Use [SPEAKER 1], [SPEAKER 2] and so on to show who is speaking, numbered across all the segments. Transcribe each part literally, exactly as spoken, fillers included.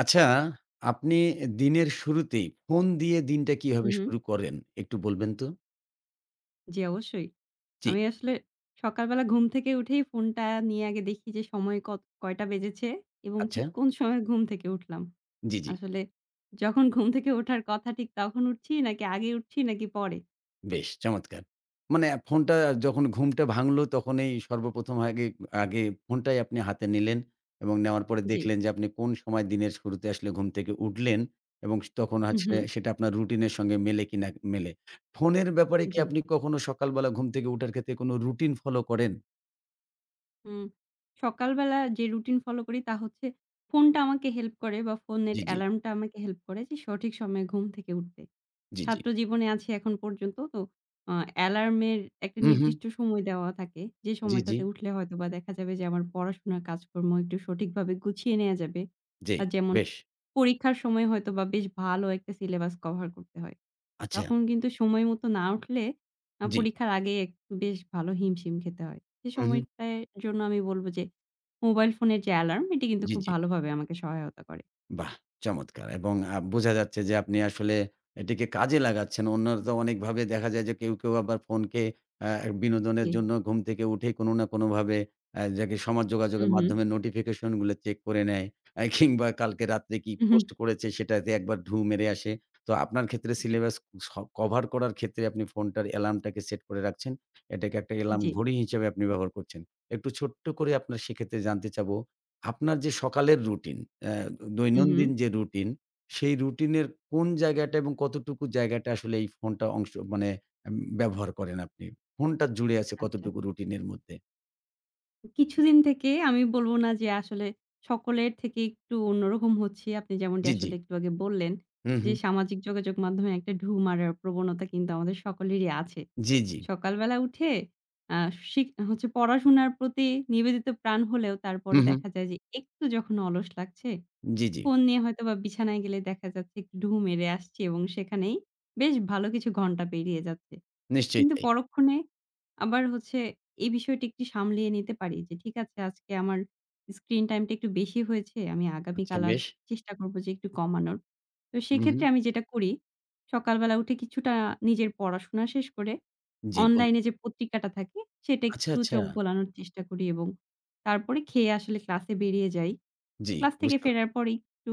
[SPEAKER 1] আচ্ছা, আপনি দিনের শুরুতেই ফোন দিয়ে দিনটা হুম।
[SPEAKER 2] হুম,
[SPEAKER 1] কিভাবে
[SPEAKER 2] হুম।
[SPEAKER 1] শুরু করেন একটু বলবেন তো?
[SPEAKER 2] জি, অবশ্যই।
[SPEAKER 1] জি।
[SPEAKER 2] আমি আসলে সকালবেলা ঘুম থেকে উঠেই ফোনটা নিয়ে আগে দেখি যে সময় কত কয়টা বেজেছে এবং
[SPEAKER 1] আচ্ছা।
[SPEAKER 2] ঠিক কোন সময় ঘুম থেকে উঠলাম।
[SPEAKER 1] জি, জি।
[SPEAKER 2] আসলে যখন ঘুম থেকে ওঠার কথা ঠিক তখন উঠছি নাকি আগে উঠছি নাকি পরে?
[SPEAKER 1] বেশ চমৎকার। মানে ফোনটা যখন ঘুমটা ভাঙলো তখনই সর্বপ্রথম আগে আগে ফোনটাই আপনি হাতে নিলেন এবং নেওয়ার পরে
[SPEAKER 2] জি।
[SPEAKER 1] দেখলেন যে আপনি কোন সময় দিনের শুরুতে আসলে ঘুম থেকে উঠলেন এবং তখন
[SPEAKER 2] হুম,
[SPEAKER 1] আসলে
[SPEAKER 2] হুম।
[SPEAKER 1] সেটা আপনার রুটিনের সঙ্গে মেলে কিনা মেলে। ফোনের ব্যাপারে কি
[SPEAKER 2] জি।
[SPEAKER 1] আপনি কখনো সকালবেলা ঘুম থেকে উঠার ক্ষেত্রে কোনো রুটিন ফলো করেন?
[SPEAKER 2] হুম। সকালবেলা যে রুটিন ফলো করি তা হচ্ছে ফোনটা আমাকে হেল্প করে বা ফোনের
[SPEAKER 1] জি, জি।
[SPEAKER 2] অ্যালার্মটা আমাকে হেল্প করে যে সঠিক সময়ে ঘুম থেকে উঠতে।
[SPEAKER 1] জি, জি।
[SPEAKER 2] ছাত্র জীবনে আছি এখন পর্যন্ত তো আ অ্যালার্মের একটা
[SPEAKER 1] হু, হু।
[SPEAKER 2] নির্দিষ্ট সময় দেওয়া থাকে। যে
[SPEAKER 1] জি, জি।
[SPEAKER 2] সময়টাতে উঠলে হয়তোবা দেখা যাবে যে আমার পড়াশোনার কাজকর্ম একটু সঠিকভাবে গুছিয়ে নেয়া যাবে।
[SPEAKER 1] জি,
[SPEAKER 2] আ যেমন
[SPEAKER 1] বেশ।
[SPEAKER 2] পরীক্ষার সময় হয়তোবা বেশ ভালো একটা সিলেবাস কভার করতে হয়।
[SPEAKER 1] আচ্ছা,
[SPEAKER 2] তখন কিন্তু সময় মতো না উঠলে আ
[SPEAKER 1] জি।
[SPEAKER 2] পরীক্ষার আগে একটু বেশ ভালো হিমশিম খেতে হয়। সে
[SPEAKER 1] হু, হু।
[SPEAKER 2] সময়টার জন্য আমি বলব যে মোবাইল ফোনের যে অ্যালার্ম এটি কিন্তু
[SPEAKER 1] জি,
[SPEAKER 2] খুব
[SPEAKER 1] জি।
[SPEAKER 2] ভালোভাবে আমাকে সহায়তা করে।
[SPEAKER 1] বাহ! চমৎকার এবং আ বোঝা যাচ্ছে যে আপনি আসলে এটিকে কাজে লাগাচ্ছেন। অন্যরা তো অনেকভাবে দেখা যায় যে কেউ, কেউ আবার ফোনকে অ্যা বিনোদনের
[SPEAKER 2] জি।
[SPEAKER 1] জন্য ঘুম থেকে উঠেই কোনো না কোনোভাবে অ্যা যাকে সমাজ যোগাযোগের
[SPEAKER 2] উহু,
[SPEAKER 1] মাধ্যমে নোটিফিকেশন গুলো চেক করে নেয়। অ্যা কিংবা কালকে রাত্রে কি
[SPEAKER 2] উহু।
[SPEAKER 1] পোস্ট করেছে সেটাতে একবার ঢু মেরে আসে। তো আপনার ক্ষেত্রে সিলেবাস স কভার করার ক্ষেত্রে আপনি ফোনটার অ্যালার্মটাকে সেট করে রাখছেন। এটাকে একটা অ্যালার্ম
[SPEAKER 2] জি।
[SPEAKER 1] ঘড়ি হিসেবে আপনি ব্যবহার করছেন। একটু ছোট্ট করে আপনার সেক্ষেত্রে জানতে চাবো আপনার যে সকালের রুটিন, অ্যা
[SPEAKER 2] উহু।
[SPEAKER 1] দৈনন্দিন যে রুটিন, সেই রুটিনের কোন জায়গাটা এবং কতটুকু জায়গাটা আসলে এই ফোনটা অংশ মানে এম ব্যবহার করেন আপনি? ফোনটা জুড়ে আছে
[SPEAKER 2] আচ্ছা।
[SPEAKER 1] কতটুকু রুটিনের মধ্যে?
[SPEAKER 2] কিছুদিন থেকে আমি বলব না যে আসলে সকলের থেকে একটু অন্যরকম হচ্ছি। আপনি যেমনটি
[SPEAKER 1] জি, জি।
[SPEAKER 2] আসলে একটু আগে বললেন
[SPEAKER 1] হু,
[SPEAKER 2] যে,
[SPEAKER 1] হু।
[SPEAKER 2] সামাজিক যোগাযোগ মাধ্যমে একটা ঢু মারার প্রবণতা কিন্তু আমাদের সকলেরই আছে।
[SPEAKER 1] জি, জি।
[SPEAKER 2] সকালবেলা উঠে আ শিক হচ্ছে পড়াশোনার প্রতি নিবেদিত প্রাণ হলেও
[SPEAKER 1] হু,
[SPEAKER 2] তারপরে
[SPEAKER 1] হু।
[SPEAKER 2] দেখা যায় যে একটু যখন অলস লাগছে,
[SPEAKER 1] জি, জি।
[SPEAKER 2] ফোন নিয়ে হয়তোবা বিছানায় গেলে দেখা যাচ্ছে একটু ঢুঁ মেরে আসছি এবং সেখানেই বেশ ভালো কিছু ঘন্টা পেরিয়ে যাচ্ছে।
[SPEAKER 1] নিশ্চয়ই
[SPEAKER 2] কিন্তু
[SPEAKER 1] তাই।
[SPEAKER 2] পরক্ষণে আবার হচ্ছে এই বিষয়টি একটু সামলিয়ে নিতে পারি যে ঠিক আছে আজকে আমার স্ক্রিন টাইমটা একটু বেশি হয়েছে। আমি
[SPEAKER 1] আচ্ছা
[SPEAKER 2] আগামীকাল আর
[SPEAKER 1] বেশ।
[SPEAKER 2] চেষ্টা করব যে একটু কমানোর। তো
[SPEAKER 1] হু, হু।
[SPEAKER 2] সেক্ষেত্রে আমি যেটা করি সকালবেলা উঠে কিছুটা নিজের পড়াশোনা শেষ করে
[SPEAKER 1] জি বলুন।
[SPEAKER 2] অনলাইনে যে পত্রিকাটা থাকে সেটা
[SPEAKER 1] আচ্ছা,
[SPEAKER 2] একটু
[SPEAKER 1] আচ্ছা।
[SPEAKER 2] চোখ বোলানোর চেষ্টা করি এবং তারপরে খেয়ে আসলে ক্লাসে বেরিয়ে যাই।
[SPEAKER 1] জি,
[SPEAKER 2] ক্লাস থেকে
[SPEAKER 1] বুঝতে পারছি।
[SPEAKER 2] ফেরার পরে একটু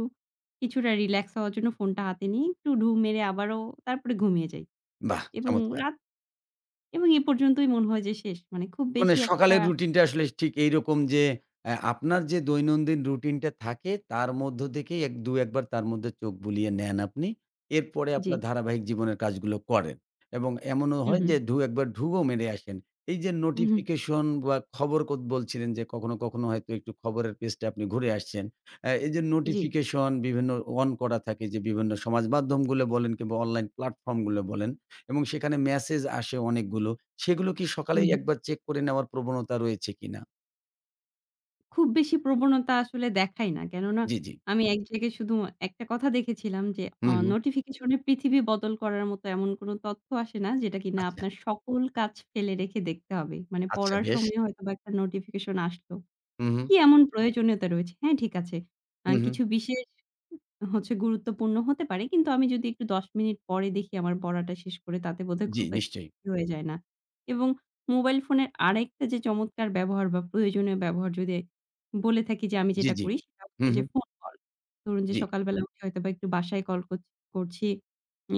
[SPEAKER 2] কিছুটা রিল্যাক্স হওয়ার জন্য ফোনটা হাতে নিয়ে একটু ঢু মেরে আবারও তারপরে ঘুমিয়ে যাই
[SPEAKER 1] বাহ!
[SPEAKER 2] এবং
[SPEAKER 1] চমৎকার।
[SPEAKER 2] রাত এবং এ পর্যন্তই মনে হয় যে শেষ। মানে খুব
[SPEAKER 1] মানে
[SPEAKER 2] বেশি একটা
[SPEAKER 1] সকালের রুটিনটা আসলে ঠিক এইরকম যে, অ্যা আপনার যে দৈনন্দিন রুটিনটা থাকে তার মধ্য থেকেই এক এক দুই বার তার মধ্যে চোখ বুলিয়ে নেন আপনি। এরপরে
[SPEAKER 2] জি।
[SPEAKER 1] আপনার ধারাবাহিক জীবনের কাজগুলো করেন। এবং এমনও হয়
[SPEAKER 2] উহু,
[SPEAKER 1] যে দুই এক বার ঢুকও মেরে আসেন। এই যে
[SPEAKER 2] উহু,
[SPEAKER 1] নোটিফিকেশন বা খবর কদ বলছিলেন যে কখনো, কখনো হয়তো একটু খবরের পেজটা আপনি ঘুরে আসছেন। অ্যা এই যে
[SPEAKER 2] জি,
[SPEAKER 1] নোটিফিকেশন বিভিন্ন অন করা থাকে যে বিভিন্ন সমাজ মাধ্যমগুলো বলেন কিংবা অনলাইন প্ল্যাটফর্মগুলো বলেন এবং সেখানে মেসেজ আসে অনেকগুলো। সেগুলো কি সকালেই
[SPEAKER 2] উহু।
[SPEAKER 1] একবার চেক করে নেওয়ার প্রবণতা রয়েছে কিনা?
[SPEAKER 2] খুব বেশি প্রবণতা আসলে দেখাই না। কেননা
[SPEAKER 1] জি, জি।
[SPEAKER 2] আমি এক জায়গায় শুধু একটা কথা দেখেছিলাম যে অ
[SPEAKER 1] হুম, হুম।
[SPEAKER 2] নোটিফিকেশন এ পৃথিবী বদল করার মতো এমন কোন তথ্য আসে না যেটা কিনা
[SPEAKER 1] আচ্ছা,
[SPEAKER 2] আপনার সকল কাজ ফেলে রেখে দেখতে হবে। মানে
[SPEAKER 1] আচ্ছা
[SPEAKER 2] পড়ার
[SPEAKER 1] বেশ।
[SPEAKER 2] সময় হয়তোবা একটা নোটিফিকেশন আসলো।
[SPEAKER 1] হুম, হুম।
[SPEAKER 2] কি এমন প্রয়োজনীয়তা রয়েছে? হ্যাঁ, ঠিক আছে। আ
[SPEAKER 1] হুম, হুম।
[SPEAKER 2] কিছু বিশেষ হচ্ছে গুরুত্বপূর্ণ হতে পারে। কিন্তু আমি যদি একটু দশ মিনিট পরে দেখি আমার পড়াটা শেষ করে তাতে বোধহয়
[SPEAKER 1] জি,
[SPEAKER 2] খুব একটা
[SPEAKER 1] নিশ্চয়ই।
[SPEAKER 2] ক্ষতি হয়ে যায় না। এবং মোবাইল ফোনের আরেকটা যে চমৎকার ব্যবহার বা প্রয়োজনীয় ব্যবহার যদি বলে থাকি যে আমি
[SPEAKER 1] জি,
[SPEAKER 2] যেটা
[SPEAKER 1] জি।
[SPEAKER 2] করি সেটা হচ্ছে
[SPEAKER 1] হুম,
[SPEAKER 2] যে
[SPEAKER 1] হুম।
[SPEAKER 2] Phone call. ধরুন যে
[SPEAKER 1] জি।
[SPEAKER 2] সকালবেলা উঠে হয়তোবা একটু বাসায় কল করছ করছি।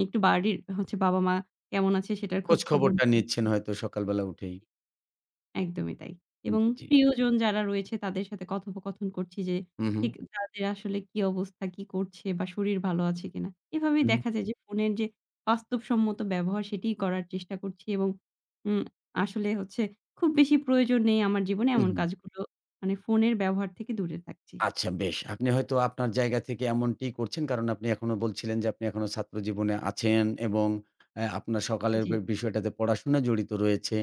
[SPEAKER 2] একটু বাড়ির হচ্ছে বাবা-মা কেমন আছে সেটার
[SPEAKER 1] খোঁজ
[SPEAKER 2] খোঁজখবর
[SPEAKER 1] খবরটা নিচ্ছেন হয়তো সকালবেলা উঠেই।
[SPEAKER 2] একদমই তাই। এবং
[SPEAKER 1] জি, জি।
[SPEAKER 2] প্রিয়জন যারা রয়েছে তাদের সাথে কথোপকথন করছি যে
[SPEAKER 1] হুম, হুম।
[SPEAKER 2] ঠিক তাদের আসলে কি অবস্থা, কি করছে বা শরীর ভালো আছে কিনা। এভাবেই
[SPEAKER 1] হুম, হুম।
[SPEAKER 2] দেখা যায় যে ফোনের যে বাস্তবসম্মত ব্যবহার সেটিই করার চেষ্টা করছি এবং উম আসলে হচ্ছে খুব বেশি প্রয়োজন নেই আমার জীবনে
[SPEAKER 1] হুম,
[SPEAKER 2] এমন
[SPEAKER 1] হুম।
[SPEAKER 2] কাজগুলো মানে ফোনের ব্যবহার থেকে দূরে থাকছি।
[SPEAKER 1] আচ্ছা বেশ। আপনি হয়তো আপনার জায়গা থেকে এমনটিই করছেন। কারণ আপনি এখনো বলছিলেন যে আপনি এখনো ছাত্র জীবনে আছেন এবং অ্যা আপনার সকালের
[SPEAKER 2] জি।
[SPEAKER 1] বে বিষয়টাতে পড়াশোনা জড়িত রয়েছে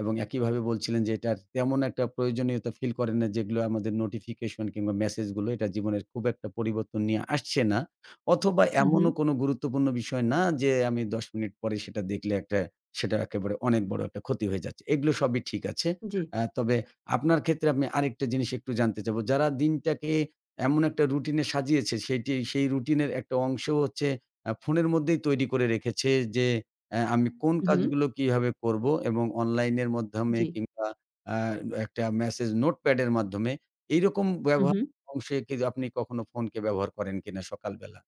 [SPEAKER 1] এবং একইভাবে বলছিলেন যে এটার তেমন একটা প্রয়োজনীয়তা ফিল করেন না যেগুলো আমাদের নোটিফিকেশন কিংবা মেসেজগুলো এটা জীবনের খুব একটা পরিবর্তন নিয়ে আসছে না। অথবা
[SPEAKER 2] হু, হু।
[SPEAKER 1] এমনও কোনো গুরুত্বপূর্ণ বিষয় না যে আমি দশ মিনিট পরে সেটা দেখলে একটা সেটা একেবারে অনেক বড় একটা ক্ষতি হয়ে যাচ্ছে। এগুলো সবই ঠিক আছে।
[SPEAKER 2] জি।
[SPEAKER 1] অ্যা তবে আপনার ক্ষেত্রে আমি আরেকটা জিনিস একটু জানতে চাবো। যারা দিনটাকে এমন একটা রুটিনে সাজিয়েছে সেটি সেই রুটিনের একটা অংশ হচ্ছে আ ফোনের মধ্যেই তৈরি করে রেখেছে যে অ্যা আমি কোন
[SPEAKER 2] হু, হু।
[SPEAKER 1] কাজগুলো কিভাবে করব এবং অনলাইনের মাধ্যমে
[SPEAKER 2] জি।
[SPEAKER 1] কিংবা আ একটা মেসেজ নোটপ্যাডের মাধ্যমে এইরকম
[SPEAKER 2] হু, হু।
[SPEAKER 1] ব্যবহার অংশে কি আপনি কখনো ফোনকে ব্যবহার করেন কিনা সকালবেলা?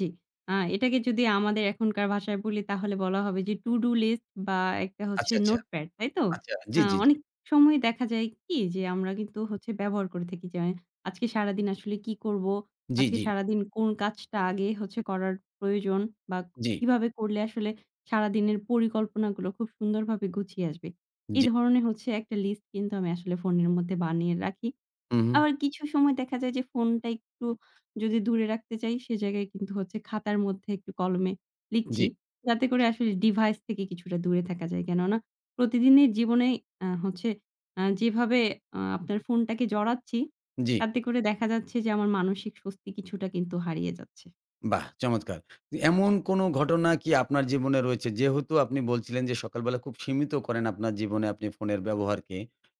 [SPEAKER 2] জি। আ এটাকে যদি আমাদের এখনকার ভাষায় বলি তাহলে বলা হবে যে to do list বা একটা হচ্ছে
[SPEAKER 1] আচ্ছা, আচ্ছা,
[SPEAKER 2] নোটপ্যাড, তাই তো?
[SPEAKER 1] আচ্ছা। জি,
[SPEAKER 2] আ
[SPEAKER 1] জি, জি।
[SPEAKER 2] অনেক সময় দেখা যায় কি যে আমরা কিন্তু হচ্ছে ব্যবহার করে থাকি যে আজকে সারাদিন আসলে কি করব?
[SPEAKER 1] জি,
[SPEAKER 2] আজকে
[SPEAKER 1] জি,
[SPEAKER 2] সারাদিন কোন কাজটা আগে হচ্ছে করার প্রয়োজন বা
[SPEAKER 1] জি,
[SPEAKER 2] কিভাবে করলে আসলে সারাদিনের পরিকল্পনাগুলো খুব সুন্দরভাবে গুছিয়ে আসবে। এই
[SPEAKER 1] জি।
[SPEAKER 2] ধরনের হচ্ছে একটা লিস্ট কিন্তু আমি আসলে ফোনের মধ্যে বানিয়ে রাখি।
[SPEAKER 1] হুম, হুম।
[SPEAKER 2] আবার কিছু সময় দেখা যায় যে ফোনটা একটু যদি দূরে রাখতে চাই, সে জায়গায় কিন্তু হচ্ছে খাতার মধ্যে একটু কলমে লিখছি।
[SPEAKER 1] জি।
[SPEAKER 2] যাতে করে
[SPEAKER 1] আচ্ছা, আচ্ছা।
[SPEAKER 2] আসলে ডিভাইস থেকে কিছুটা দূরে থাকা যায়। কেননা প্রতিদিনের জীবনে আ হচ্ছে আ যেভাবে আ আপনার ফোনটাকে জড়াচ্ছি,
[SPEAKER 1] জি।
[SPEAKER 2] তাতে করে দেখা যাচ্ছে যে আমার মানসিক স্বস্তি কিছুটা কিন্তু হারিয়ে যাচ্ছে।
[SPEAKER 1] বাহ! চমৎকার। এমন কোনো ঘটনা কি আপনার জীবনে রয়েছে? যেহেতু আপনি বলছিলেন যে সকালবেলা খুব সীমিত করেন আপনার জীবনে আপনি ফোনের ব্যবহারকে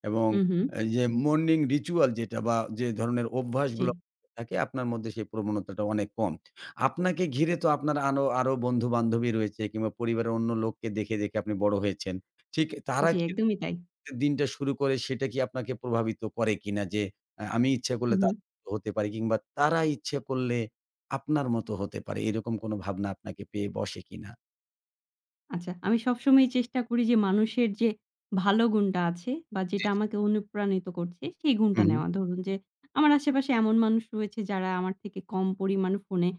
[SPEAKER 1] এবং
[SPEAKER 2] হু, হু।
[SPEAKER 1] এই যে মর্নিং রিচুয়াল যেটা বা যে ধরনের
[SPEAKER 2] জি,
[SPEAKER 1] অভ্যাসগুলো থাকে আপনার মধ্যে সেই প্রবণতাটা অনেক কম। আপনাকে ঘিরে তো আপনার আনো আরো বন্ধু-বান্ধবী রয়েছে কিংবা পরিবারের অন্য লোককে দেখে, দেখে আপনি বড় হয়েছেন। ঠিক তারা
[SPEAKER 2] জি
[SPEAKER 1] কি
[SPEAKER 2] একদমই তাই।
[SPEAKER 1] দিনটা শুরু করে সেটা কি আপনাকে প্রভাবিত করে কিনা? যে আ আমি ইচ্ছা
[SPEAKER 2] হু,
[SPEAKER 1] করলে
[SPEAKER 2] হু।
[SPEAKER 1] তার মতো হতে পারি কিংবা তারা ইচ্ছে করলে আপনার মতো হতে পারে। এরকম কোনো ভাবনা আপনাকে পেয়ে বসে কিনা?
[SPEAKER 2] আচ্ছা, আমি সবসময়ই চেষ্টা করি যে মানুষের যে ভালো গুণটা আছে বা
[SPEAKER 1] জি।
[SPEAKER 2] যেটা আমাকে অনুপ্রাণিত করছে সেই
[SPEAKER 1] হু,
[SPEAKER 2] গুণটা
[SPEAKER 1] হু।
[SPEAKER 2] নেওয়া। ধরুন যে আমার আশেপাশে এমন মানুষ রয়েছে যারা আমার থেকে কম পরিমাণ ফোনে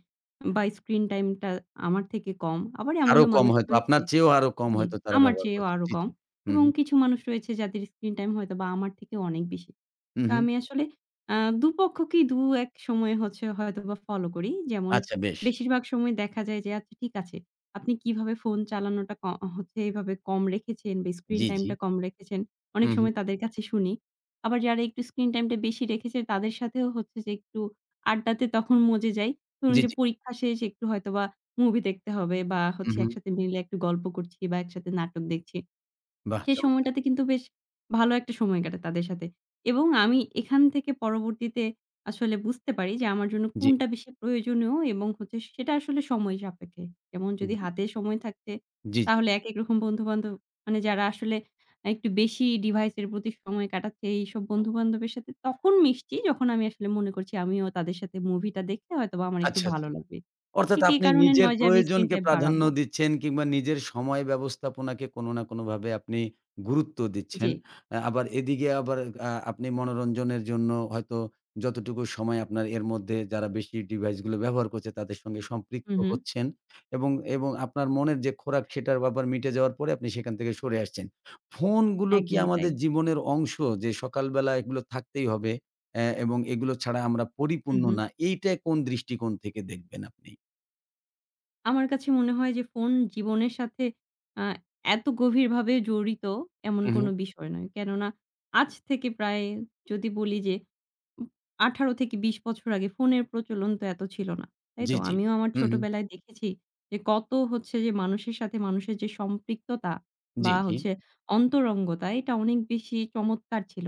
[SPEAKER 2] বা স্ক্রিন টাইমটা আমার থেকে কম। আবার
[SPEAKER 1] আরো
[SPEAKER 2] এমনও
[SPEAKER 1] কম
[SPEAKER 2] মানুষ
[SPEAKER 1] হয়তো
[SPEAKER 2] রয়েছে
[SPEAKER 1] আপনার চেয়েও আরো কম
[SPEAKER 2] জি,
[SPEAKER 1] হয়তো তারা
[SPEAKER 2] আমার
[SPEAKER 1] ব্যবহার
[SPEAKER 2] চেয়েও
[SPEAKER 1] করছে।
[SPEAKER 2] আরো
[SPEAKER 1] জি,
[SPEAKER 2] কম
[SPEAKER 1] জি। হু,
[SPEAKER 2] এবং
[SPEAKER 1] হু,
[SPEAKER 2] কিছু মানুষ রয়েছে যাদের স্ক্রিন টাইম হয়তোবা আমার থেকে অনেক বেশি।
[SPEAKER 1] হু,
[SPEAKER 2] তো
[SPEAKER 1] হু।
[SPEAKER 2] আমি আসলে আ দুপক্ষকেই দু এক সময়ে হচ্ছে হয়তোবা ফলো করি। যেমন
[SPEAKER 1] আচ্ছা বেশ।
[SPEAKER 2] বেশিরভাগ সময় দেখা যায় যে আচ্ছা ঠিক আছে। আপনি কিভাবে ফোন চালানোটা ক হচ্ছে এভাবে কম রেখেছেন বা স্ক্রিন
[SPEAKER 1] জি, জি।
[SPEAKER 2] টাইমটা কম রেখেছেন।
[SPEAKER 1] হু,
[SPEAKER 2] অনেক
[SPEAKER 1] হু।
[SPEAKER 2] সময় তাদের কাছে শুনি। আবার যারা একটু স্ক্রিন টাইমটা বেশি রেখেছে তাদের সাথেও হচ্ছে যে একটু আড্ডাতে তখন মজে যাই। ধরুন
[SPEAKER 1] জি,
[SPEAKER 2] যে
[SPEAKER 1] জি।
[SPEAKER 2] পরীক্ষা শেষ একটু হয়তোবা মুভি দেখতে হবে বা
[SPEAKER 1] হু,
[SPEAKER 2] হচ্ছে
[SPEAKER 1] হু।
[SPEAKER 2] একসাথে মিলে একটু গল্প করছি বা একসাথে নাটক দেখছি।
[SPEAKER 1] বাহ!
[SPEAKER 2] সেই
[SPEAKER 1] চমৎকার।
[SPEAKER 2] সময়টাতে কিন্তু বেশ ভালো একটা সময় কাটে তাদের সাথে। এবং আমি এখান থেকে পরবর্তীতে আসলে বুঝতে পারি যে আমার জন্য
[SPEAKER 1] জি,
[SPEAKER 2] কোনটা বেশি প্রয়োজনীয় এবং হচ্ছে সেটা আসলে সময় সাপেক্ষে। যেমন যদি হাতে সময় থাকছে
[SPEAKER 1] জি, জি।
[SPEAKER 2] তাহলে একেক রকম বন্ধু-বান্ধব মানে যারা আসলে একটু বেশি ডিভাইসের প্রতি সময় কাটাচ্ছে এইসব বন্ধু-বান্ধবের সাথে তখন মিশছি যখন আমি আসলে মনে করছি আমিও তাদের সাথে মুভিটা দেখলে হয়তোবা আমার একটু
[SPEAKER 1] আচ্ছা,
[SPEAKER 2] ভালো
[SPEAKER 1] আচ্ছা।
[SPEAKER 2] লাগবে।
[SPEAKER 1] অর্থাৎ
[SPEAKER 2] ঠিক এই
[SPEAKER 1] আপনি
[SPEAKER 2] কারণে
[SPEAKER 1] নিজের
[SPEAKER 2] নয় যে আমি স্ক্রিন
[SPEAKER 1] প্রয়োজনকে
[SPEAKER 2] টাইম
[SPEAKER 1] প্রাধান্য
[SPEAKER 2] বাড়াবো।
[SPEAKER 1] দিচ্ছেন কিংবা নিজের সময় ব্যবস্থাপনাকে কোনো না কোনোভাবে আপনি গুরুত্ব
[SPEAKER 2] জি।
[SPEAKER 1] দিচ্ছেন। আ আবার এদিকে আবার আ আপনি মনোরঞ্জনের জন্য হয়তো যতটুকু সময় আপনার এর মধ্যে যারা বেশি ডিভাইসগুলো ব্যবহার করছে তাদের সঙ্গে
[SPEAKER 2] হু,
[SPEAKER 1] সম্পৃক্ত
[SPEAKER 2] হু।
[SPEAKER 1] হচ্ছেন এবং, এবং আপনার মনের যে খোরাক সেটার ব্যাপার মিটে যাওয়ার পরে আপনি সেখান থেকে সরে আসছেন। ফোনগুলো কি
[SPEAKER 2] একদমই তাই।
[SPEAKER 1] আমাদের জীবনের অংশ যে সকালবেলা এগুলো থাকতেই হবে অ্যা এবং এগুলো ছাড়া আমরা
[SPEAKER 2] হু,
[SPEAKER 1] পরিপূর্ণ
[SPEAKER 2] হু।
[SPEAKER 1] না, এইটা কোন দৃষ্টিকোণ থেকে দেখবেন আপনি?
[SPEAKER 2] আমার কাছে মনে হয় যে ফোন জীবনের সাথে আ এত গভীরভাবে জড়িত এমন
[SPEAKER 1] হু, হু।
[SPEAKER 2] কোনো বিষয় নয়। কেননা আজ থেকে প্রায় যদি বলি যে উম আঠারো থেকে বিশ বছর আগে ফোনের প্রচলন তো এত ছিল না। তাই
[SPEAKER 1] জি,
[SPEAKER 2] তো?
[SPEAKER 1] জি।
[SPEAKER 2] আমিও আমার
[SPEAKER 1] হু, হু।
[SPEAKER 2] ছোটবেলায় দেখেছি যে কত হচ্ছে যে মানুষের সাথে মানুষের যে সম্পৃক্ততা
[SPEAKER 1] জি,
[SPEAKER 2] বা
[SPEAKER 1] জি।
[SPEAKER 2] হচ্ছে অন্তরঙ্গতা এটা অনেক বেশি চমৎকার ছিল।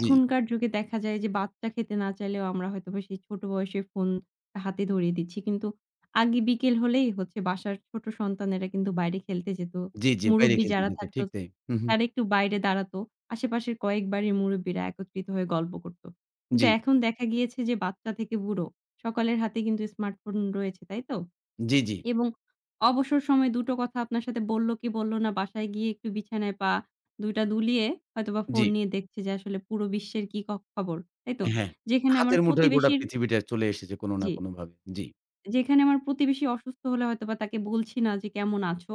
[SPEAKER 1] জি,
[SPEAKER 2] যুগে দেখা যায় যে বাচ্চা খেতে না চাইলেও আমরা হয়তোবা সেই ছোট বয়সে ফোন হাতে ধরিয়ে দিচ্ছি। কিন্তু আগে বিকেল হলেই হচ্ছে বাসার ছোট সন্তানেরা কিন্তু বাইরে খেলতে যেত।
[SPEAKER 1] জি, জি। বাইরে
[SPEAKER 2] মুরুব্বি
[SPEAKER 1] খেলতে
[SPEAKER 2] যারা
[SPEAKER 1] যেত।
[SPEAKER 2] থাকতো
[SPEAKER 1] ঠিক তাই। হু, হু।
[SPEAKER 2] তারা একটু বাইরে দাঁড়াতো। আশেপাশের কয়েক বাড়ির মুরুব্বিরা একত্রিত হয়ে গল্প করত। কিন্তু
[SPEAKER 1] জি,
[SPEAKER 2] এখন দেখা গিয়েছে যে বাচ্চা থেকে বুড়ো সকলের হাতে কিন্তু স্মার্টফোন রয়েছে, তাই তো?
[SPEAKER 1] জি, জি,
[SPEAKER 2] এবং অবসর সময়ে দুটো কথা আপনার সাথে বলল কি বলল না, বাসায় গিয়ে একটু বিছানায় পা দু টা দুলিয়ে হয়তোবা ফোন
[SPEAKER 1] জি।
[SPEAKER 2] নিয়ে দেখছে যে আসলে পুরো বিশ্বের কি ক খবর, তাই তো?
[SPEAKER 1] হ্যাঁ।
[SPEAKER 2] যেখানে আমার
[SPEAKER 1] হাতের মুঠোয় গোটা
[SPEAKER 2] প্রতিবেশীর
[SPEAKER 1] পৃথিবীটা চলে এসেছে কোন না
[SPEAKER 2] জি।
[SPEAKER 1] কোনভাবে। জি,
[SPEAKER 2] যেখানে আমার প্রতিবেশী অসুস্থ হলে হয়তোবা তাকে বলছি না যে কেমন আছো?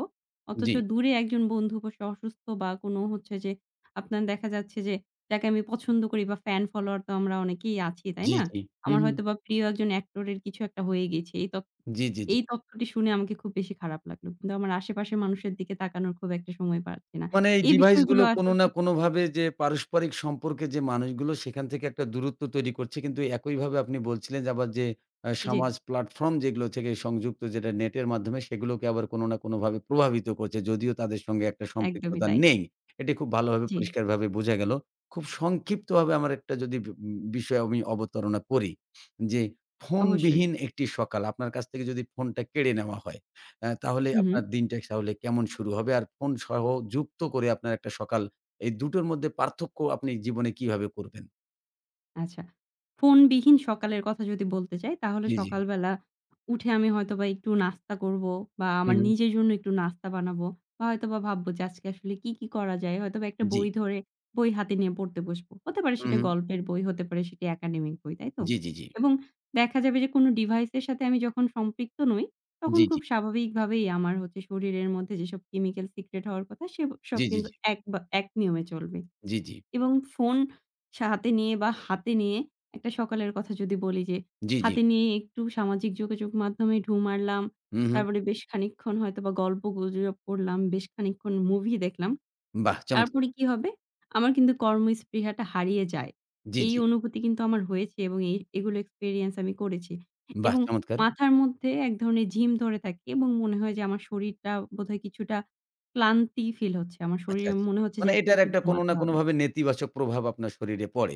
[SPEAKER 2] অথচ
[SPEAKER 1] জি,
[SPEAKER 2] দূরে একজন বন্ধু বসে অসুস্থ বা কোনো হচ্ছে যে আপনার দেখা যাচ্ছে যে যাকে আমি পছন্দ করি বা ফ্যান ফলোয়ার তো আমরা অনেকেই আছি, তাই
[SPEAKER 1] জি,
[SPEAKER 2] না?
[SPEAKER 1] জি। হু,
[SPEAKER 2] আমার
[SPEAKER 1] হু।
[SPEAKER 2] হয়তোবা প্রিয় একজন অ্যাক্টর এর কিছু একটা হয়ে গেছে। এই তথ্য
[SPEAKER 1] জি, জি, জি।
[SPEAKER 2] এই তথ্যটি শুনে আমাকে খুব বেশি খারাপ লাগলো। কিন্তু আমার আশেপাশের মানুষের দিকে তাকানোর খুব একটা সময় পাচ্ছি না।
[SPEAKER 1] মানে এই
[SPEAKER 2] এই
[SPEAKER 1] ডিভাইস
[SPEAKER 2] বিষয়গুলো
[SPEAKER 1] গুলো কোনো
[SPEAKER 2] আসলে
[SPEAKER 1] না কোনোভাবে যে পারস্পরিক সম্পর্কে যে মানুষগুলো সেখান থেকে একটা দূরত্ব তৈরি করছে। কিন্তু একইভাবে আপনি বলছিলেন যে আবার যে আ
[SPEAKER 2] জি,
[SPEAKER 1] সমাজ প্ল্যাটফর্ম যেগুলো থেকে সংযুক্ত যেটা নেটের মাধ্যমে সেগুলোকে আবার কোনো না কোনোভাবে প্রভাবিত করছে। যদিও তাদের সঙ্গে একটা
[SPEAKER 2] একদমই
[SPEAKER 1] সম্পৃক্ততা
[SPEAKER 2] তাই।
[SPEAKER 1] নেই। এটি খুব ভালোভাবে
[SPEAKER 2] জি,
[SPEAKER 1] পরিষ্কারভাবে বোঝা গেল। খুব সংক্ষিপ্তভাবে আমার একটা যদি বি বিষয় আমি অবতারণা করি যে
[SPEAKER 2] অবশ্যই।
[SPEAKER 1] ফোনবিহীন একটি সকাল আপনার কাছ থেকে যদি ফোনটা কেড়ে নেওয়া হয়। অ্যা তাহলে
[SPEAKER 2] হু, হু।
[SPEAKER 1] আপনার দিনটা তাহলে কেমন শুরু হবে? আর ফোন সহ যুক্ত করে আপনার একটা সকাল, এই দুটোর মধ্যে পার্থক্য আপনি জীবনে কিভাবে করবেন?
[SPEAKER 2] আচ্ছা। ফোনবিহীন সকালের কথা যদি বলতে চাই, তাহলে
[SPEAKER 1] জি, জি।
[SPEAKER 2] সকালবেলা উঠে আমি হয়তোবা একটু নাস্তা করবো বা
[SPEAKER 1] হু,
[SPEAKER 2] আমার
[SPEAKER 1] হু।
[SPEAKER 2] নিজের জন্য একটু নাস্তা বানাবো বা হয়তোবা ভাববো যে আজকে আসলে কি, কি করা যায়? হয়তোবা একটা
[SPEAKER 1] জি।
[SPEAKER 2] বই ধরে বই হাতে নিয়ে পড়তে বসবো। হতে পারে
[SPEAKER 1] হু,
[SPEAKER 2] সেটা
[SPEAKER 1] হু।
[SPEAKER 2] গল্পের বই, হতে পারে সেটি একাডেমিক বই, তাই তো?
[SPEAKER 1] জি, জি, জি।
[SPEAKER 2] এবং দেখা যাবে যে কোনো ডিভাইসের সাথে আমি যখন সম্পৃক্ত নই, তখন
[SPEAKER 1] জি,
[SPEAKER 2] খুব
[SPEAKER 1] জি।
[SPEAKER 2] স্বাভাবিকভাবেই আমার হচ্ছে শরীরের মধ্যে যেসব কেমিক্যাল সিক্রেট হওয়ার কথা, সেব সব
[SPEAKER 1] জি, জি,
[SPEAKER 2] কিন্তু
[SPEAKER 1] জি।
[SPEAKER 2] এক বা এক নিয়মে চলবে।
[SPEAKER 1] জি, জি।
[SPEAKER 2] এবং ফোন সা হাতে নিয়ে বা হাতে নিয়ে একটা সকালের কথা যদি বলি যে,
[SPEAKER 1] জি, জি।
[SPEAKER 2] হাতে নিয়ে একটু সামাজিক যোগাযোগ মাধ্যমে ঢুঁ মারলাম।
[SPEAKER 1] হু, হু।
[SPEAKER 2] তারপরে বেশ খানিকক্ষণ হয়তোবা গল্পগুজব করলাম, বেশ খানিকক্ষণ মুভি দেখলাম।
[SPEAKER 1] বাহ! চমৎকার।
[SPEAKER 2] তারপরে কি হবে? আমার কিন্তু কর্মস্পৃহাটা হারিয়ে যায়।
[SPEAKER 1] জি,
[SPEAKER 2] এই
[SPEAKER 1] জি।
[SPEAKER 2] অনুভূতি কিন্তু আমার হয়েছে এবং এই এগুলো এক্সপেরিয়েন্স আমি করেছি।
[SPEAKER 1] বাহ!
[SPEAKER 2] এবং
[SPEAKER 1] চমৎকার।
[SPEAKER 2] মাথার মধ্যে এক ধরনের ঝিম ধরে থাকে এবং মনে হয় যে আমার শরীরটা বোধহয় কিছুটা ক্লান্তি ফিল হচ্ছে। আমার
[SPEAKER 1] আচ্ছা,
[SPEAKER 2] শরীরে
[SPEAKER 1] আচ্ছা।
[SPEAKER 2] মনে হচ্ছে যে
[SPEAKER 1] মানে
[SPEAKER 2] এখন
[SPEAKER 1] এটার
[SPEAKER 2] একটু
[SPEAKER 1] একটা কোনো
[SPEAKER 2] ঘুমাতে
[SPEAKER 1] না
[SPEAKER 2] হবে।
[SPEAKER 1] কোনোভাবে নেতিবাচক প্রভাব আপনার শরীরে পড়ে।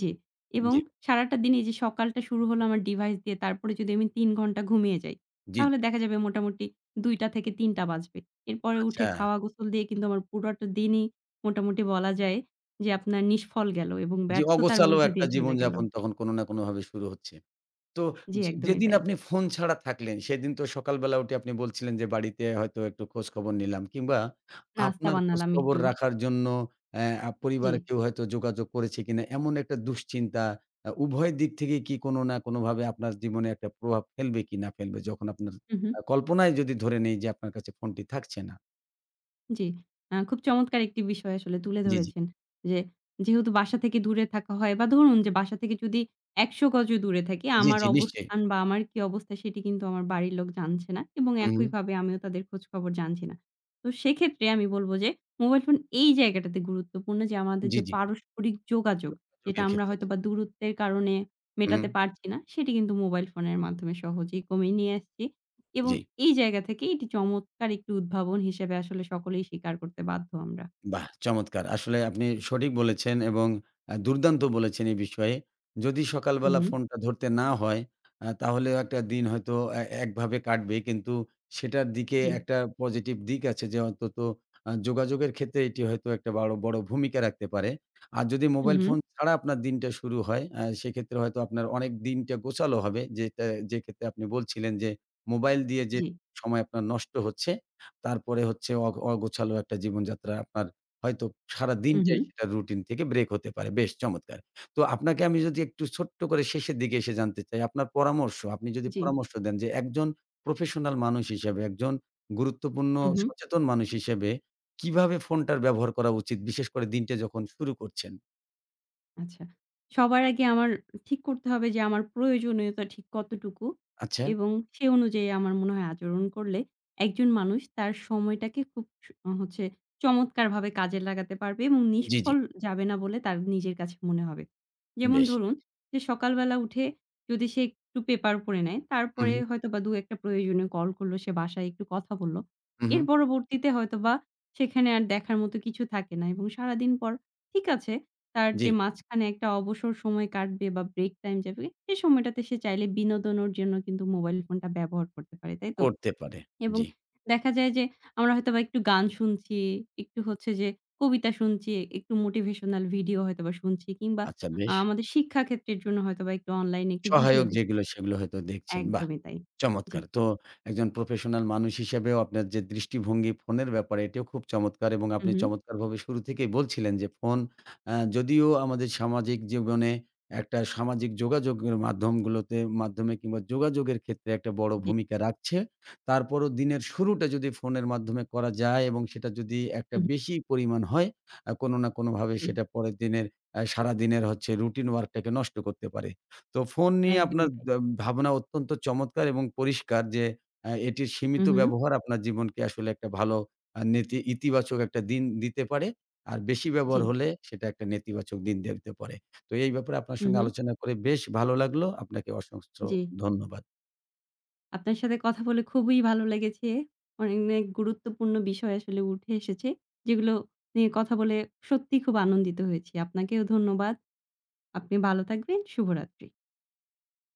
[SPEAKER 2] জি। এবং
[SPEAKER 1] জি,
[SPEAKER 2] সারাটা দিন এই যে সকালটা শুরু হলো আমার ডিভাইস দিয়ে, তারপরে যদি আমি তিন ঘন্টা ঘুমিয়ে যাই,
[SPEAKER 1] জি,
[SPEAKER 2] তাহলে
[SPEAKER 1] জি।
[SPEAKER 2] দেখা যাবে মোটামুটি দুটো থেকে তিনটে বাজবে। এরপরে উঠে
[SPEAKER 1] আচ্ছা।
[SPEAKER 2] খাওয়া গোসল দিয়ে কিন্তু আমার পুরোটা দিনই মোটামুটি বলা যায় যে আপনার নিষ্ফল গেল এবং
[SPEAKER 1] জি,
[SPEAKER 2] ব্যর্থতার
[SPEAKER 1] অগোছালো
[SPEAKER 2] মধ্যে
[SPEAKER 1] একটা
[SPEAKER 2] দিয়ে চলে গেল।
[SPEAKER 1] জীবনযাপন তখন কোনো না কোনোভাবে শুরু হচ্ছে। তো
[SPEAKER 2] জি,
[SPEAKER 1] যে
[SPEAKER 2] একদমই
[SPEAKER 1] যেদিন
[SPEAKER 2] তাই।
[SPEAKER 1] আপনি ফোন ছাড়া থাকলেন, সেদিন তো সকালবেলা উঠে আপনি বলছিলেন যে, বাড়িতে হয়তো একটু খোঁজখবর নিলাম কিংবা
[SPEAKER 2] নাস্তা
[SPEAKER 1] আপনার
[SPEAKER 2] বানালাম
[SPEAKER 1] খোঁজখবর
[SPEAKER 2] একটু।
[SPEAKER 1] রাখার জন্য অ্যা আ
[SPEAKER 2] জি।
[SPEAKER 1] পরিবারে কেউ হয়তো যোগাযোগ করেছে কিনা এমন একটা দুশ্চিন্তা আ উভয় দিক থেকে কি কোনো না কোনোভাবে আপনার জীবনে একটা প্রভাব ফেলবে কি না ফেলবে? যখন আপনার
[SPEAKER 2] হু, হু।
[SPEAKER 1] আ কল্পনায় যদি ধরে নেই যে, আপনার কাছে ফোনটি থাকছে না।
[SPEAKER 2] জি। আ খুব চমৎকার একটি বিষয় আসলে তুলে
[SPEAKER 1] জি, জি।
[SPEAKER 2] ধরেছেন। যে যেহেতু বাসা থেকে দূরে থাকা হয় বা ধরুন যে বাসা থেকে যদি একশো গজও দূরে থাকি
[SPEAKER 1] জি,
[SPEAKER 2] আমার
[SPEAKER 1] জি নিশ্চয়ই।
[SPEAKER 2] অবস্থান বা আমার কি অবস্থা সেটি কিন্তু আমার বাড়ির লোক জানছে না এবং
[SPEAKER 1] হুম,
[SPEAKER 2] একইভাবে আমিও তাদের খোঁজখবর জানছি না। তো সেক্ষেত্রে আমি বলব যে মোবাইল ফোন এই জায়গাটাতে গুরুত্বপূর্ণ যে আমাদের
[SPEAKER 1] জি,
[SPEAKER 2] যে
[SPEAKER 1] জি।
[SPEAKER 2] পারস্পরিক যোগাযোগ যেটা
[SPEAKER 1] যোগাযোগের
[SPEAKER 2] আমরা
[SPEAKER 1] ক্ষেত্রে।
[SPEAKER 2] হয়তোবা দূরত্বের কারণে
[SPEAKER 1] হুম,
[SPEAKER 2] মেটাতে পারছি না, সেটি কিন্তু মোবাইল ফোনের মাধ্যমে সহজেই কমিয়ে নিয়ে আসছি। এবং
[SPEAKER 1] জি।
[SPEAKER 2] এই জায়গা থেকে এটি চমৎকার একটি উদ্ভাবন হিসেবে আসলে সকলেই স্বীকার করতে বাধ্য আমরা।
[SPEAKER 1] বাহ! চমৎকার। আসলে আপনি সঠিক বলেছেন এবং আ দুর্দান্ত বলেছেন এই বিষয়ে। যদি
[SPEAKER 2] হু,
[SPEAKER 1] সকালবেলা
[SPEAKER 2] হু।
[SPEAKER 1] ফোনটা ধরতে না হয়, আ তাহলেও একটা দিন হয়তো এ একভাবে কাটবে। কিন্তু সেটার দিকে
[SPEAKER 2] জি।
[SPEAKER 1] একটা পজিটিভ দিক আছে যে অন্তত আ যোগাযোগের ক্ষেত্রে এটি হয়তো একটা বাড় বড় ভূমিকা রাখতে পারে। আর যদি
[SPEAKER 2] হু,
[SPEAKER 1] মোবাইল
[SPEAKER 2] হু।
[SPEAKER 1] ফোন ছাড়া আপনার দিনটা শুরু হয়, আ সেক্ষেত্রে হয়তো আপনার অনেক দিনটা গোছালো হবে। যেটা যে ক্ষেত্রে আপনি বলছিলেন যে মোবাইল দিয়ে যে
[SPEAKER 2] জি।
[SPEAKER 1] সময় আপনার নষ্ট হচ্ছে, তারপরে হচ্ছে অগ অগোছালো একটা জীবনযাত্রা আপনার হয়তো
[SPEAKER 2] হু, হু।
[SPEAKER 1] সারাদিনটাই সেটা রুটিন থেকে ব্রেক হতে পারে। বেশ চমৎকার! তো আপনাকে আমি যদি একটু ছোট্ট করে শেষের দিকে এসে জানতে চাই, আপনার পরামর্শ, আপনি যদি
[SPEAKER 2] জি।
[SPEAKER 1] পরামর্শ দেন যে একজন প্রফেশনাল মানুষ হিসেবে, একজন গুরুত্বপূর্ণ
[SPEAKER 2] হু, হু।
[SPEAKER 1] সচেতন মানুষ হিসেবে কিভাবে ফোনটার ব্যবহার করা উচিত? বিশেষ করে দিনটা যখন শুরু করছেন?
[SPEAKER 2] আচ্ছা। সবার আগে আমার ঠিক করতে হবে যে আমার প্রয়োজনীয়তা ঠিক কতটুকু
[SPEAKER 1] আচ্ছা,
[SPEAKER 2] এবং সে অনুযায়ী আমার মনে হয় আচরণ করলে একজন মানুষ তার সময়টাকে খুব স হচ্ছে চমৎকারভাবে কাজে লাগাতে পারবে এবং
[SPEAKER 1] জি, জি,
[SPEAKER 2] নিষ্ফল যাবে না বলে তার নিজের কাছে মনে হবে। যেমন
[SPEAKER 1] বেশ।
[SPEAKER 2] ধরুন যে সকালবেলা উঠে যদি সে একটু পেপার পড়ে নেয়,
[SPEAKER 1] হু,
[SPEAKER 2] তারপরে
[SPEAKER 1] হু,
[SPEAKER 2] হয়তোবা দুই এক টা প্রয়োজনীয় কল করলো, সে বাসায় একটু কথা বলল।
[SPEAKER 1] হু, হু,
[SPEAKER 2] এর পরবর্তীতে হয়তোবা সেখানে আর দেখার মতো কিছু থাকে না এবং সারাদিন পর ঠিক আছে তার
[SPEAKER 1] জি,
[SPEAKER 2] যে মাঝখানে একটা অবসর সময় কাটবে বা ব্রেক টাইম যাবে, সে সময়টাতে সে চাইলে বিনোদনের জন্য কিন্তু মোবাইল ফোনটা ব্যবহার করতে পারে, তাই তো?
[SPEAKER 1] করতে পারে।
[SPEAKER 2] এবং
[SPEAKER 1] জি,
[SPEAKER 2] দেখা যায় যে আমরা হয়তোবা একটু গান শুনছি, একটু হচ্ছে যে কবিতা শুনছি, একটু মোটিভেশনাল ভিডিও হয়তোবা শুনছি কিংবা
[SPEAKER 1] আচ্ছা
[SPEAKER 2] আ
[SPEAKER 1] বেশ।
[SPEAKER 2] আমাদের শিক্ষা ক্ষেত্রের জন্য হয়তোবা একটু অনলাইনে একটু ভিডিও
[SPEAKER 1] সহায়ক
[SPEAKER 2] দেখ
[SPEAKER 1] যেগুলো সেগুলো হয়তো দেখছেন। বাহ!
[SPEAKER 2] একদমই তাই। জি।
[SPEAKER 1] চমৎকার। তো একজন প্রফেশনাল মানুষ হিসেবেও আপনার যে দৃষ্টিভঙ্গি ফোনের ব্যাপারে এটিও খুব চমৎকার এবং
[SPEAKER 2] হু,
[SPEAKER 1] আপনি
[SPEAKER 2] হু।
[SPEAKER 1] চমৎকারভাবে শুরু থেকেই বলছিলেন যে ফোন আ যদিও আমাদের সামাজিক জীবনে একটা সামাজিক যোগাযোগের মাধ্যমগুলোতে মাধ্যমে কিংবা যোগাযোগের ক্ষেত্রে একটা বড়
[SPEAKER 2] জি,
[SPEAKER 1] ভূমিকা রাখছে। তারপরও দিনের শুরুটা যদি ফোনের মাধ্যমে করা যায় এবং সেটা যদি একটা
[SPEAKER 2] হু, হু।
[SPEAKER 1] বেশি পরিমাণ হয়, আ কোনো না কোনোভাবে
[SPEAKER 2] জি,
[SPEAKER 1] সেটা পরের দিনের আ সারাদিনের হচ্ছে রুটিন ওয়ার্কটাকে নষ্ট করতে পারে। তো ফোন নিয়ে
[SPEAKER 2] একদমই
[SPEAKER 1] আপনার
[SPEAKER 2] তাই।
[SPEAKER 1] দা ভাবনা অত্যন্ত চমৎকার এবং পরিষ্কার যে অ্যা এটির
[SPEAKER 2] হু,
[SPEAKER 1] সীমিত
[SPEAKER 2] হু।
[SPEAKER 1] ব্যবহার আপনার জীবনকে আসলে একটা ভালো আ নেতি ইতিবাচক একটা দিন দিতে পারে। আর বেশি
[SPEAKER 2] জি,
[SPEAKER 1] ব্যবহার হলে সেটা একটা নেতিবাচক দিন দিতে পারে। তো এই ব্যাপারে আপনার
[SPEAKER 2] হু,
[SPEAKER 1] সঙ্গে
[SPEAKER 2] হু।
[SPEAKER 1] আলোচনা করে বেশ ভালো লাগলো। আপনাকে অসংখ্য
[SPEAKER 2] জি।
[SPEAKER 1] ধন্যবাদ।
[SPEAKER 2] আপনার সাথে কথা বলে খুবই ভালো লেগেছে। অনেক অনেক গুরুত্বপূর্ণ বিষয় আসলে উঠে এসেছে, যেগুলো নিয়ে কথা বলে সত্যিই খুব আনন্দিত হয়েছি। আপনাকেও ধন্যবাদ। আপনি ভালো থাকবেন। শুভরাত্রি।